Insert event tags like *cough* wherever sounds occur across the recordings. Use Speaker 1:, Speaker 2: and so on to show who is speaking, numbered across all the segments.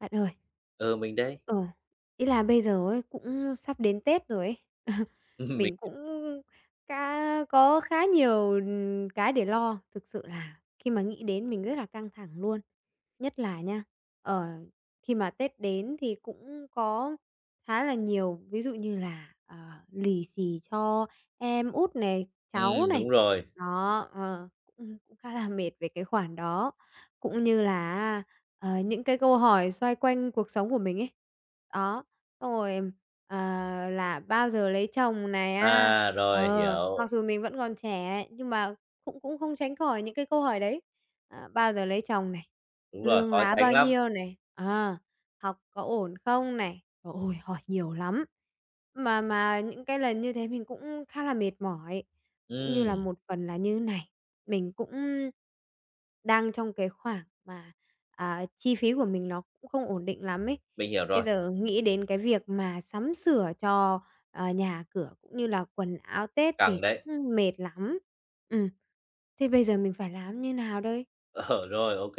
Speaker 1: Bạn ơi.
Speaker 2: Ừ, mình đấy.
Speaker 1: Ờ, ý là bây giờ ấy, cũng sắp đến Tết rồi ấy. *laughs*
Speaker 2: *laughs* Mình
Speaker 1: Mình cũng khá nhiều, cái để lo. Thực sự là khi mà nghĩ đến mình rất là căng thẳng luôn. Nhất là nha, ở khi mà Tết đến thì cũng có khá là nhiều, ví dụ như là, lì xì cho em út này, cháu này.
Speaker 2: đúng rồi.
Speaker 1: Đó, ờ, cũng cũng khá là mệt về cái khoản đó. Cũng như là những cái câu hỏi xoay quanh cuộc sống của mình ấy. Đó, xong rồi, ờ, là bao giờ lấy chồng này á.
Speaker 2: À, rồi, hiểu.
Speaker 1: Mặc dù mình vẫn còn trẻ ấy, nhưng mà cũng cũng không tránh khỏi những cái câu hỏi đấy. À, bao giờ lấy chồng này,
Speaker 2: Đúng rồi,
Speaker 1: lương
Speaker 2: khó
Speaker 1: lá
Speaker 2: tránh
Speaker 1: bao
Speaker 2: lắm.
Speaker 1: nhiêu này, học có ổn không này. Trời ôi, hỏi nhiều lắm. Mà những cái lần như thế mình cũng khá là mệt mỏi, cũng như là
Speaker 2: Ừm,
Speaker 1: một phần là như này, mình cũng đang trong cái khoảng mà chi phí của mình nó cũng không ổn định lắm ấy.
Speaker 2: mình hiểu
Speaker 1: Bây
Speaker 2: rồi,
Speaker 1: giờ nghĩ đến cái việc mà sắm sửa cho, nhà cửa cũng như là quần áo Tết thì
Speaker 2: căng
Speaker 1: cũng
Speaker 2: đấy.
Speaker 1: mệt lắm. Ừm. Thế bây giờ mình phải làm như nào đây?
Speaker 2: Ờ, rồi, ok.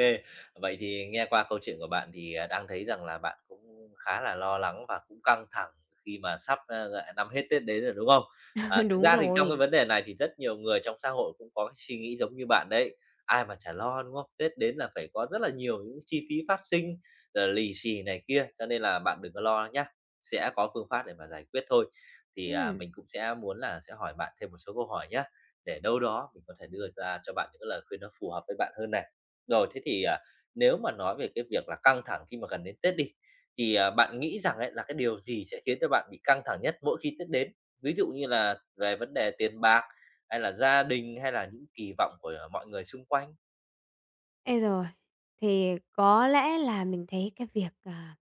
Speaker 2: Vậy thì nghe qua câu chuyện của bạn thì, đang thấy rằng là bạn cũng khá là lo lắng và cũng căng thẳng khi mà sắp, lại năm hết Tết đến rồi, đúng không?
Speaker 1: *laughs*
Speaker 2: Thực
Speaker 1: Đúng
Speaker 2: ra thì trong cái
Speaker 1: rồi.
Speaker 2: vấn đề này thì rất nhiều người trong xã hội cũng có cái suy nghĩ giống như bạn đấy, ai mà chả lo, đúng không? Tết đến là phải có rất là nhiều những chi phí phát sinh, rồi lì xì này kia, cho nên là bạn đừng có lo nhá, sẽ có phương pháp để mà giải quyết thôi. Thì,
Speaker 1: Ừm.
Speaker 2: mình cũng sẽ muốn là sẽ hỏi bạn thêm một số câu hỏi nhá, để đâu đó mình có thể đưa ra cho bạn những cái lời khuyên nó phù hợp với bạn hơn này. Rồi, thế thì, nếu mà nói về cái việc là căng thẳng khi mà gần đến Tết đi, thì, bạn nghĩ rằng ấy là cái điều gì sẽ khiến cho bạn bị căng thẳng nhất mỗi khi Tết đến? Ví dụ như là về vấn đề tiền bạc, hay là gia đình, hay là những kỳ vọng của, mọi người xung quanh?
Speaker 1: Ê rồi. Thì có lẽ là mình thấy cái việc, à,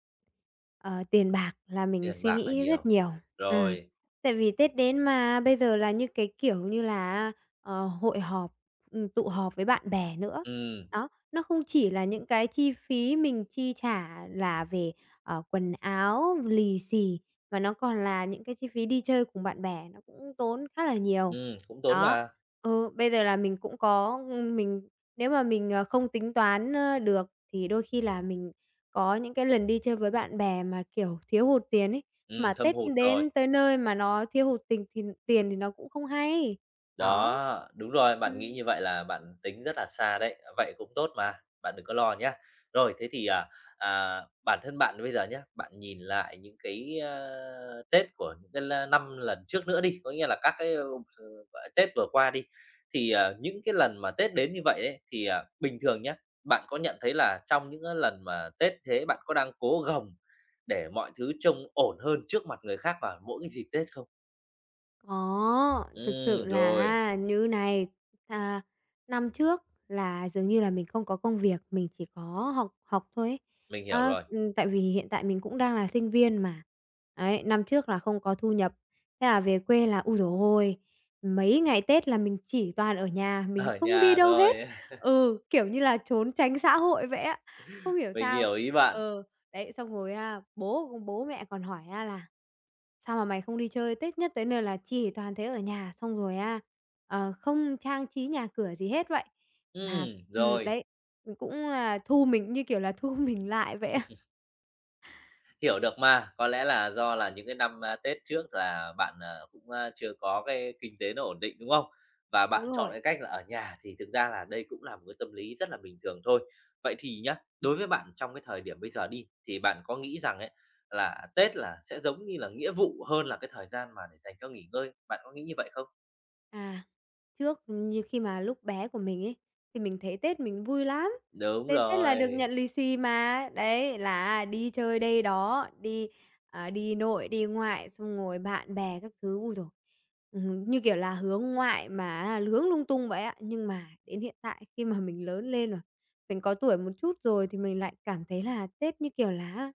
Speaker 1: ờ, tiền bạc là mình
Speaker 2: Tiền
Speaker 1: suy
Speaker 2: bạc là
Speaker 1: nghĩ rất
Speaker 2: nhiều.
Speaker 1: nhiều. Ừm,
Speaker 2: Rồi,
Speaker 1: tại vì Tết đến mà, bây giờ là như cái kiểu như là hội họp, tụ họp với bạn bè nữa.
Speaker 2: ừm,
Speaker 1: Đó, nó không chỉ là những cái chi phí mình chi trả là về, quần áo, lì xì, mà nó còn là những cái chi phí đi chơi cùng bạn bè, nó cũng tốn khá là nhiều.
Speaker 2: cũng tốn
Speaker 1: Đó,
Speaker 2: mà.
Speaker 1: bây giờ là mình nếu mà mình, không tính toán, được thì đôi khi là mình có những cái lần đi chơi với bạn bè mà, kiểu, thiếu hụt tiền ấy, mà
Speaker 2: Thâm
Speaker 1: Tết
Speaker 2: hụt rồi.
Speaker 1: đến tới nơi mà nó thiếu hụt tình thì tiền thì nó cũng không hay. Đó.
Speaker 2: Đó, đúng rồi, bạn nghĩ
Speaker 1: Ừm.
Speaker 2: như vậy là bạn tính rất là xa đấy, vậy cũng tốt mà, bạn đừng có lo nhá. Rồi, thế thì, bản thân bạn bây giờ nhá, bạn nhìn lại những cái, Tết của những cái la năm lần trước nữa đi, có nghĩa là các cái, gọi Tết vừa qua đi, thì, những cái lần mà Tết đến như vậy ấy, thì, bình thường nhá, bạn có nhận thấy là trong những cái lần mà Tết thế bạn có đang cố gồng để mọi thứ trông ổn hơn trước mặt người khác vào mỗi cái dịp Tết không?
Speaker 1: Có, thực sự
Speaker 2: Ừ rồi,
Speaker 1: là như này, à, năm trước là dường như là mình không có công việc, mình chỉ có học học thôi ấy.
Speaker 2: mình hiểu
Speaker 1: Á,
Speaker 2: rồi.
Speaker 1: ừm, tại vì hiện tại mình cũng đang là sinh viên mà. Ấy, năm trước là không có thu nhập, thế là về quê là, ôi giời ôi, mấy ngày Tết là mình chỉ toàn ở nhà, mình
Speaker 2: Ở
Speaker 1: không đi
Speaker 2: nhà
Speaker 1: đâu hết.
Speaker 2: rồi, *laughs*
Speaker 1: Ừ, kiểu như là, trốn tránh xã hội vậy á, không hiểu
Speaker 2: mình
Speaker 1: sao.
Speaker 2: hiểu ý bạn.
Speaker 1: Ờ, đấy, xong rồi á, bố bố mẹ còn hỏi á là "Sao mà mày không đi chơi, Tết nhất tới nơi là chỉ toàn thế ở nhà, xong rồi á, không trang trí nhà cửa gì hết vậy." Mà
Speaker 2: Rồi,
Speaker 1: đấy, cũng là thu mình như kiểu là thu *laughs* mình lại vậy á.
Speaker 2: hiểu được mà, có lẽ là do là những cái năm, Tết trước là bạn, cũng, chưa có cái kinh tế nó ổn định, đúng không? Và
Speaker 1: Đúng
Speaker 2: bạn chọn
Speaker 1: rồi.
Speaker 2: cái cách là ở nhà thì thực ra là đây cũng là một cái tâm lý rất là bình thường thôi. Vậy thì nhá, đối với bạn trong cái thời điểm bây giờ đi, thì bạn có nghĩ rằng ấy, là Tết là sẽ giống như là nghĩa vụ hơn là cái thời gian mà để dành cho nghỉ ngơi, bạn có nghĩ như vậy không?
Speaker 1: À, trước như khi mà lúc bé của mình ấy, thì mình thấy Tết mình vui lắm.
Speaker 2: Đúng
Speaker 1: Đến Tết là được nhận
Speaker 2: rồi,
Speaker 1: lì xì mà, đấy, là đi chơi đây đó, đi nội, đi ngoại, xong rồi bạn bè các thứ. Ôi rồi. Như kiểu là hướng ngoại mà á lung tung vậy ạ. Nhưng mà đến hiện tại khi mà mình lớn lên rồi, mình có tuổi một chút rồi thì mình lại cảm thấy là Tết, như kiểu là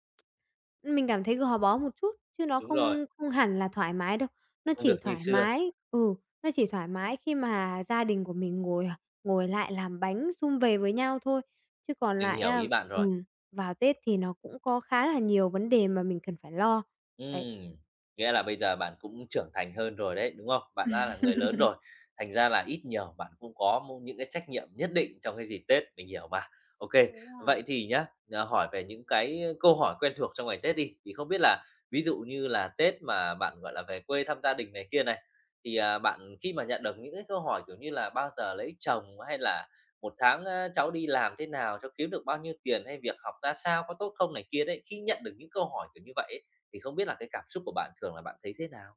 Speaker 1: mình cảm thấy gò bó một chút, chứ nó
Speaker 2: đúng rồi,
Speaker 1: không không hẳn là thoải mái đâu. Nó
Speaker 2: không
Speaker 1: chỉ
Speaker 2: được như
Speaker 1: thoải
Speaker 2: xưa,
Speaker 1: mái ừ, nó chỉ thoải mái khi mà gia đình của mình ngồi ngồi lại làm bánh sum vầy với nhau thôi. Chứ còn
Speaker 2: mình
Speaker 1: lại
Speaker 2: hiểu
Speaker 1: á
Speaker 2: ý bạn rồi.
Speaker 1: ừm, vào Tết thì nó cũng có khá là nhiều vấn đề mà mình cần phải lo. Đấy.
Speaker 2: Ừm, nghĩa là bây giờ bạn cũng trưởng thành hơn rồi đấy, đúng không? Bạn đã là người lớn
Speaker 1: *laughs*
Speaker 2: rồi, thành ra là ít nhiều bạn cũng có một những cái trách nhiệm nhất định trong cái dịp Tết, mình hiểu mà. Ok,
Speaker 1: Đúng rồi.
Speaker 2: vậy thì nhá, hỏi về những cái câu hỏi quen thuộc trong ngày Tết đi, thì không biết là ví dụ như là Tết mà bạn, gọi là, về quê thăm gia đình này kia này, thì, bạn khi mà nhận được những cái câu hỏi, kiểu như là, bao giờ lấy chồng, hay là một tháng, cháu đi làm thế nào, cháu kiếm được bao nhiêu tiền?" hay "Việc học ra sao, có tốt không?" này kia đấy, khi nhận được những câu hỏi kiểu như vậy ấy, thì không biết là cái cảm xúc của bạn thường là bạn thấy thế nào?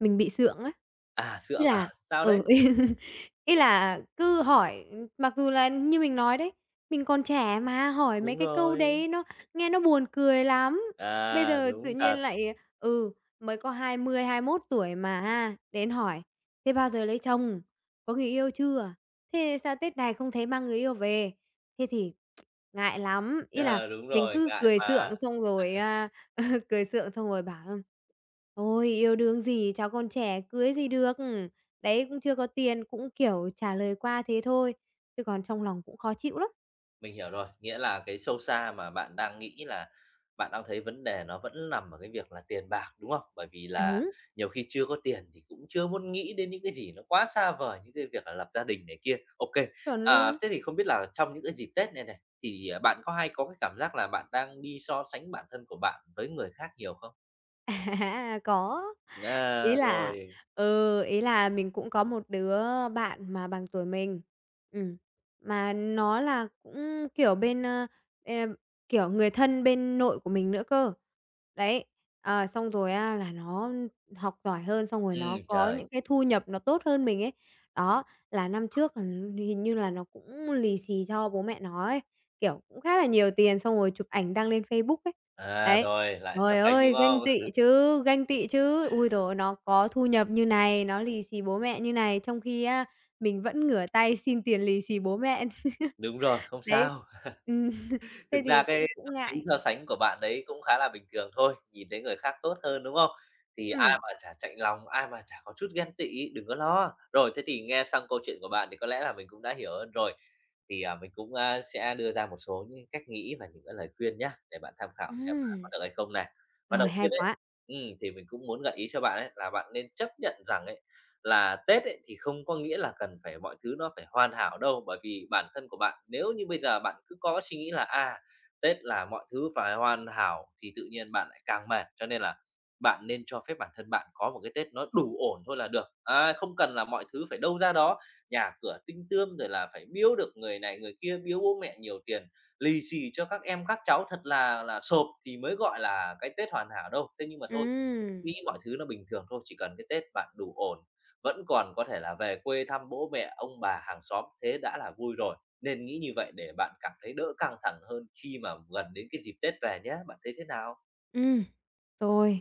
Speaker 1: Mình bị sượng á.
Speaker 2: À,
Speaker 1: Ý
Speaker 2: sượng à?
Speaker 1: là
Speaker 2: *laughs* Sao
Speaker 1: ừ,
Speaker 2: đấy?
Speaker 1: *laughs* Ý là cứ hỏi mặc dù là như mình nói đấy, mình còn trẻ mà, hỏi mấy
Speaker 2: Đúng
Speaker 1: cái câu
Speaker 2: rồi.
Speaker 1: đấy nó nghe nó buồn cười lắm. Bây
Speaker 2: À,
Speaker 1: giờ tự
Speaker 2: đúng
Speaker 1: nhiên
Speaker 2: thật.
Speaker 1: lại mới có 20, 21 tuổi mà ha, đến hỏi: "Thế bao giờ lấy chồng? Có người yêu chưa? Thế sao Tết này không thấy mang người yêu về?" Thế thì ngại lắm, ý là
Speaker 2: Ờ, đúng
Speaker 1: mình
Speaker 2: rồi,
Speaker 1: cứ
Speaker 2: ngại
Speaker 1: cười sượng
Speaker 2: mà.
Speaker 1: xong rồi, *laughs* cười sượng xong rồi bảo: "Ừ, ôi, yêu đương gì, cháu còn trẻ, cưới gì được. Đấy, cũng chưa có tiền, cũng, kiểu, trả lời qua thế thôi, chứ còn trong lòng cũng khó chịu lắm."
Speaker 2: Mình hiểu rồi, nghĩa là cái sâu xa mà bạn đang nghĩ là bạn đang thấy vấn đề nó vẫn nằm ở cái việc là tiền bạc, đúng không? Bởi vì là
Speaker 1: Đúng,
Speaker 2: nhiều khi chưa có tiền thì cũng chưa muốn nghĩ đến những cái gì nó quá xa vời, những cái việc là lập gia đình này kia. Ok,
Speaker 1: chuẩn luôn.
Speaker 2: thế thì không biết là trong những cái dịp Tết này này, thì, bạn có hay có cái cảm giác là bạn đang đi so sánh bản thân của bạn với người khác nhiều không?
Speaker 1: *laughs* À, có. Ý
Speaker 2: À,
Speaker 1: là
Speaker 2: rồi.
Speaker 1: Ý là mình cũng có một đứa bạn mà bằng tuổi mình, ừm, mà nó là cũng, kiểu, bên, em kiểu, người thân bên nội của mình nữa cơ. Đấy, xong rồi á là nó học giỏi hơn, xong rồi nó có
Speaker 2: Trời,
Speaker 1: những cái thu nhập nó tốt hơn mình ấy. Đó. Là năm trước là hình như là nó cũng lì xì cho bố mẹ nó ấy, kiểu, cũng khá là nhiều tiền, xong rồi chụp ảnh đăng lên Facebook ấy. Đấy,
Speaker 2: rồi lại so
Speaker 1: trời
Speaker 2: sánh, đúng
Speaker 1: ơi, ganh
Speaker 2: không?
Speaker 1: tị
Speaker 2: *laughs*
Speaker 1: chứ, ganh tị chứ. Ôi giời ơi, nó có thu nhập như này, nó lì xì bố mẹ như này, trong khi á mình vẫn ngửa tay xin tiền lì xì bố mẹ. *laughs*
Speaker 2: Đúng rồi, không
Speaker 1: Đấy,
Speaker 2: sao.
Speaker 1: ừm, *laughs*
Speaker 2: Thực
Speaker 1: thế
Speaker 2: ra
Speaker 1: thì cũng
Speaker 2: cái
Speaker 1: cũng
Speaker 2: tâm lý
Speaker 1: ngại.
Speaker 2: so sánh của bạn đấy cũng khá là bình thường thôi, nhìn thấy người khác tốt hơn, đúng không? Thì ai
Speaker 1: Ừm.
Speaker 2: mà chả chạnh lòng, ai mà chả có chút ghen tị, đừng có lo. Rồi, thế thì nghe xong câu chuyện của bạn thì có lẽ là mình cũng đã hiểu hơn rồi. Thì, mình cũng, sẽ đưa ra một số những cách nghĩ và những cái lời khuyên nhá, để bạn tham khảo xem là có
Speaker 1: Ừm,
Speaker 2: được hay không này. Và
Speaker 1: rồi,
Speaker 2: đầu
Speaker 1: hay
Speaker 2: tiên ấy,
Speaker 1: quá.
Speaker 2: thì mình cũng muốn gợi ý cho bạn ấy là bạn nên chấp nhận rằng ấy, là Tết ấy thì không có nghĩa là cần phải mọi thứ nó phải hoàn hảo đâu. Bởi vì bản thân của bạn nếu như bây giờ bạn cứ có suy nghĩ là, Tết là mọi thứ phải hoàn hảo thì tự nhiên bạn lại càng mệt, cho nên là bạn nên cho phép bản thân bạn có một cái Tết nó đủ ổn thôi là được. À, không cần là mọi thứ phải đâu ra đó, nhà cửa tinh tươm rồi là phải biếu được người này người kia, biếu bố mẹ nhiều tiền, lì xì cho các em các cháu thật là xộp thì mới gọi là cái Tết hoàn hảo đâu. Thế nhưng mà thôi, nghĩ
Speaker 1: Ừm,
Speaker 2: mọi thứ nó bình thường thôi, chỉ cần cái Tết bạn đủ ổn, vẫn còn có thể là về quê thăm bố mẹ, ông bà, hàng xóm, thế đã là vui rồi. Nên nghĩ như vậy để bạn cảm thấy đỡ căng thẳng hơn khi mà gần đến cái dịp Tết về nhé, bạn thấy thế nào?
Speaker 1: ừm, rồi.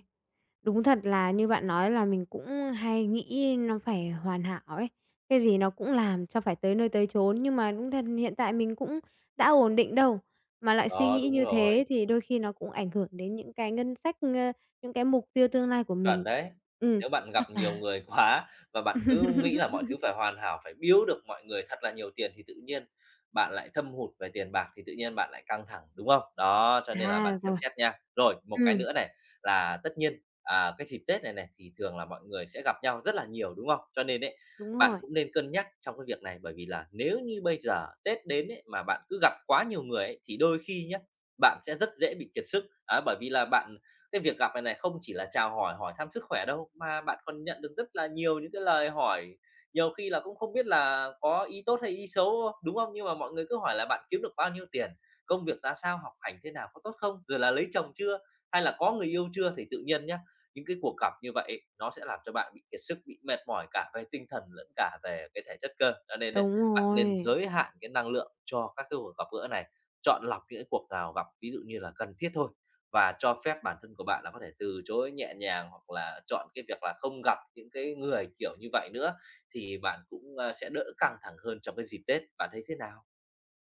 Speaker 1: Đúng thật là như bạn nói là mình cũng hay nghĩ nó phải hoàn hảo ấy, cái gì nó cũng làm cho phải tới nơi tới chốn, nhưng mà đúng thật hiện tại mình cũng đã ổn định đâu, mà lại suy
Speaker 2: Đó,
Speaker 1: nghĩ
Speaker 2: đúng
Speaker 1: như
Speaker 2: rồi.
Speaker 1: thế thì đôi khi nó cũng ảnh hưởng đến những cái ngân sách, những cái mục tiêu tương lai của
Speaker 2: Chuẩn
Speaker 1: mình.
Speaker 2: đấy.
Speaker 1: Ừm,
Speaker 2: Nếu bạn gặp
Speaker 1: chắc
Speaker 2: nhiều
Speaker 1: là
Speaker 2: người quá và bạn cứ nghĩ là mọi thứ phải
Speaker 1: *laughs*
Speaker 2: hoàn hảo, phải biếu được mọi người thật là nhiều tiền thì tự nhiên bạn lại thâm hụt về tiền bạc, thì tự nhiên bạn lại căng thẳng, đúng không? Đó, cho nên là bạn
Speaker 1: à,
Speaker 2: xem
Speaker 1: rồi,
Speaker 2: xét nha. Rồi, một cái
Speaker 1: ừm,
Speaker 2: nữa này là tất nhiên, cái dịp Tết này này thì thường là mọi người sẽ gặp nhau rất là nhiều, đúng không? Cho nên ấy,
Speaker 1: đúng
Speaker 2: bạn
Speaker 1: rồi,
Speaker 2: cũng nên cân nhắc trong cái việc này, bởi vì là nếu như bây giờ Tết đến ấy, mà bạn cứ gặp quá nhiều người ấy, thì đôi khi nhé bạn sẽ rất dễ bị kiệt sức. Á, bởi vì là bạn cái việc gặp này này không chỉ là chào hỏi, hỏi thăm sức khỏe đâu, mà bạn còn nhận được rất là nhiều những cái lời hỏi, nhiều khi là cũng không biết là có ý tốt hay ý xấu, đúng không? Nhưng mà mọi người cứ hỏi là bạn kiếm được bao nhiêu tiền, công việc ra sao, học hành thế nào, có tốt không, rồi là lấy chồng chưa, hay là có người yêu chưa, thì tự nhiên nhá, những cái cuộc gặp như vậy nó sẽ làm cho bạn bị kiệt sức, bị mệt mỏi cả về tinh thần lẫn cả về cái thể chất cơ. Cho nên ấy,
Speaker 1: đúng
Speaker 2: bạn nên
Speaker 1: rồi,
Speaker 2: giới hạn cái năng lượng cho các cái cuộc gặp gỡ này, chọn lọc những cái cuộc nào gặp ví dụ như là cần thiết thôi và cho phép bản thân của bạn là có thể từ chối nhẹ nhàng hoặc là chọn cái việc là không gặp những cái người kiểu như vậy nữa thì bạn cũng, sẽ đỡ căng thẳng hơn trong cái dịp Tết, bạn thấy thế nào?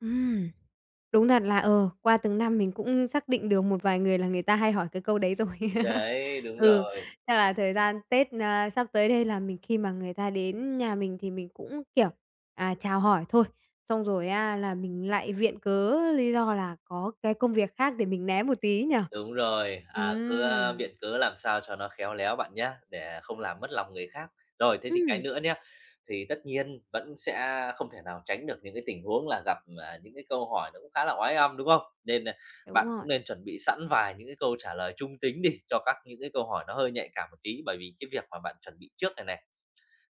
Speaker 1: ừm. Đúng thật là, qua từng năm mình cũng xác định được một vài người là người ta hay hỏi cái câu đấy rồi. *laughs*
Speaker 2: Đấy, đúng
Speaker 1: Ừ,
Speaker 2: rồi.
Speaker 1: chắc là thời gian Tết, sắp tới đây là mình khi mà người ta đến nhà mình thì mình cũng, kiểu, chào hỏi thôi, xong rồi á là mình lại viện cớ lý do là có cái công việc khác để mình né một tí nhỉ?
Speaker 2: Đúng rồi, cứ,
Speaker 1: Ừm,
Speaker 2: viện cớ làm sao cho nó khéo léo bạn nhá, để không làm mất lòng người khác. Rồi, thế thì cái
Speaker 1: ừm,
Speaker 2: nữa nhé, thì tất nhiên vẫn sẽ không thể nào tránh được những cái tình huống là gặp, những cái câu hỏi nó cũng khá là oái âm, đúng không? Nên,
Speaker 1: đúng
Speaker 2: bạn
Speaker 1: rồi,
Speaker 2: cũng nên chuẩn bị sẵn vài những cái câu trả lời trung tính đi, cho các những cái câu hỏi nó hơi nhạy cảm một tí, bởi vì cái việc mà bạn chuẩn bị trước này này,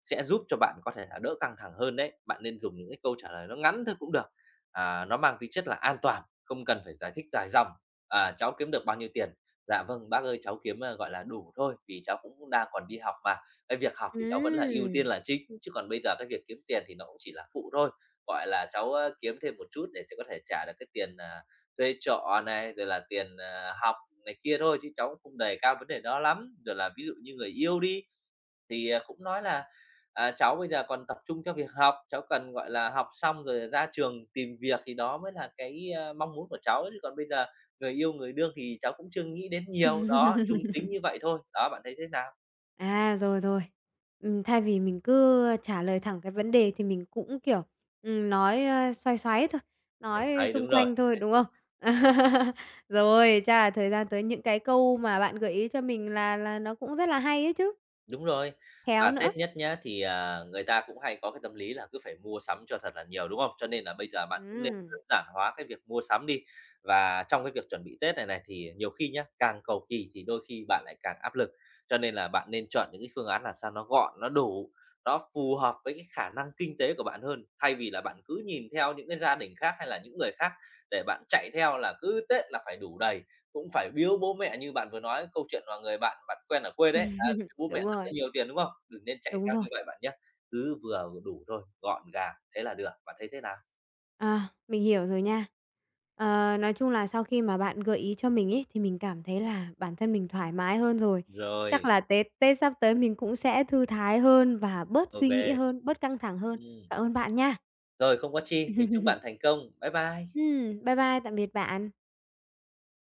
Speaker 2: sẽ giúp cho bạn có thể là đỡ căng thẳng hơn đấy. Bạn nên dùng những cái câu trả lời nó ngắn thôi cũng được, nó mang tính chất là an toàn, không cần phải giải thích dài dòng. "À, cháu kiếm được bao nhiêu tiền?" "Dạ vâng, bác ơi, cháu kiếm, gọi là, đủ thôi, vì cháu cũng đang còn đi học mà. Cái việc học thì cháu vẫn là ưu tiên
Speaker 1: ừm.
Speaker 2: là chính, chứ còn bây giờ cái việc kiếm tiền thì nó cũng chỉ là phụ thôi. Gọi là, cháu, kiếm thêm một chút để cháu có thể trả được cái tiền, thuê trọ này, rồi là tiền, học này kia thôi, chứ cháu cũng không đề cao vấn đề đó lắm." Rồi là ví dụ như người yêu đi, thì, cũng nói là, cháu bây giờ còn tập trung cho việc học, cháu cần, gọi là, học xong rồi ra trường tìm việc thì đó mới là cái, mong muốn của cháu, chứ còn bây giờ người yêu, người đương thì cháu cũng chưa nghĩ đến nhiều. Đó, trung tính như vậy thôi. Đó, bạn thấy thế nào?
Speaker 1: À, rồi, rồi. Thay vì mình cứ trả lời thẳng cái vấn đề thì mình cũng, kiểu, nói, xoáy xoáy thôi,
Speaker 2: Thấy
Speaker 1: nói
Speaker 2: đấy,
Speaker 1: xung
Speaker 2: đúng rồi.
Speaker 1: quanh thôi, đúng không? *laughs* Rồi, chắc là thời gian tới những cái câu mà bạn gợi ý cho mình là nó cũng rất là hay ấy chứ,
Speaker 2: Đúng rồi.
Speaker 1: khéo
Speaker 2: Và
Speaker 1: nữa.
Speaker 2: Tết nhất nhá, thì, người ta cũng hay có cái tâm lý là cứ phải mua sắm cho thật là nhiều, đúng không? Cho nên là bây giờ bạn cũng nên
Speaker 1: Ừm,
Speaker 2: đơn giản hóa cái việc mua sắm đi. Và trong cái việc chuẩn bị Tết này này, thì nhiều khi nhá, càng cầu kỳ thì đôi khi bạn lại càng áp lực. Cho nên là bạn nên chọn những cái phương án làm sao nó gọn, nó đủ, nó phù hợp với cái khả năng kinh tế của bạn hơn, thay vì là bạn cứ nhìn theo những cái gia đình khác hay là những người khác để bạn chạy theo là cứ Tết là phải đủ đầy. Cũng phải biếu bố mẹ như bạn vừa nói, câu chuyện mà người bạn bạn quen ở quê đấy, biếu bố mẹ
Speaker 1: đúng
Speaker 2: rất là
Speaker 1: rồi,
Speaker 2: nhiều tiền, đúng không? Đừng nên chạy
Speaker 1: đúng
Speaker 2: theo
Speaker 1: rồi.
Speaker 2: như vậy bạn nhé, cứ vừa đủ thôi, gọn gàng, thế là được, bạn thấy thế nào?
Speaker 1: À, mình hiểu rồi nha. Ờ, nói chung là sau khi mà bạn gợi ý cho mình ấy, thì mình cảm thấy là bản thân mình thoải mái hơn rồi. Chắc
Speaker 2: Rồi,
Speaker 1: là Tết Tết sắp tới mình cũng sẽ thư thái hơn và bớt
Speaker 2: ô,
Speaker 1: suy nghĩ hơn, bớt căng thẳng hơn.
Speaker 2: ừm,
Speaker 1: Cảm ơn bạn nha.
Speaker 2: rồi không có chi, mình chúc bạn
Speaker 1: *laughs*
Speaker 2: thành công. Bye bye.
Speaker 1: Bye bye, tạm biệt bạn.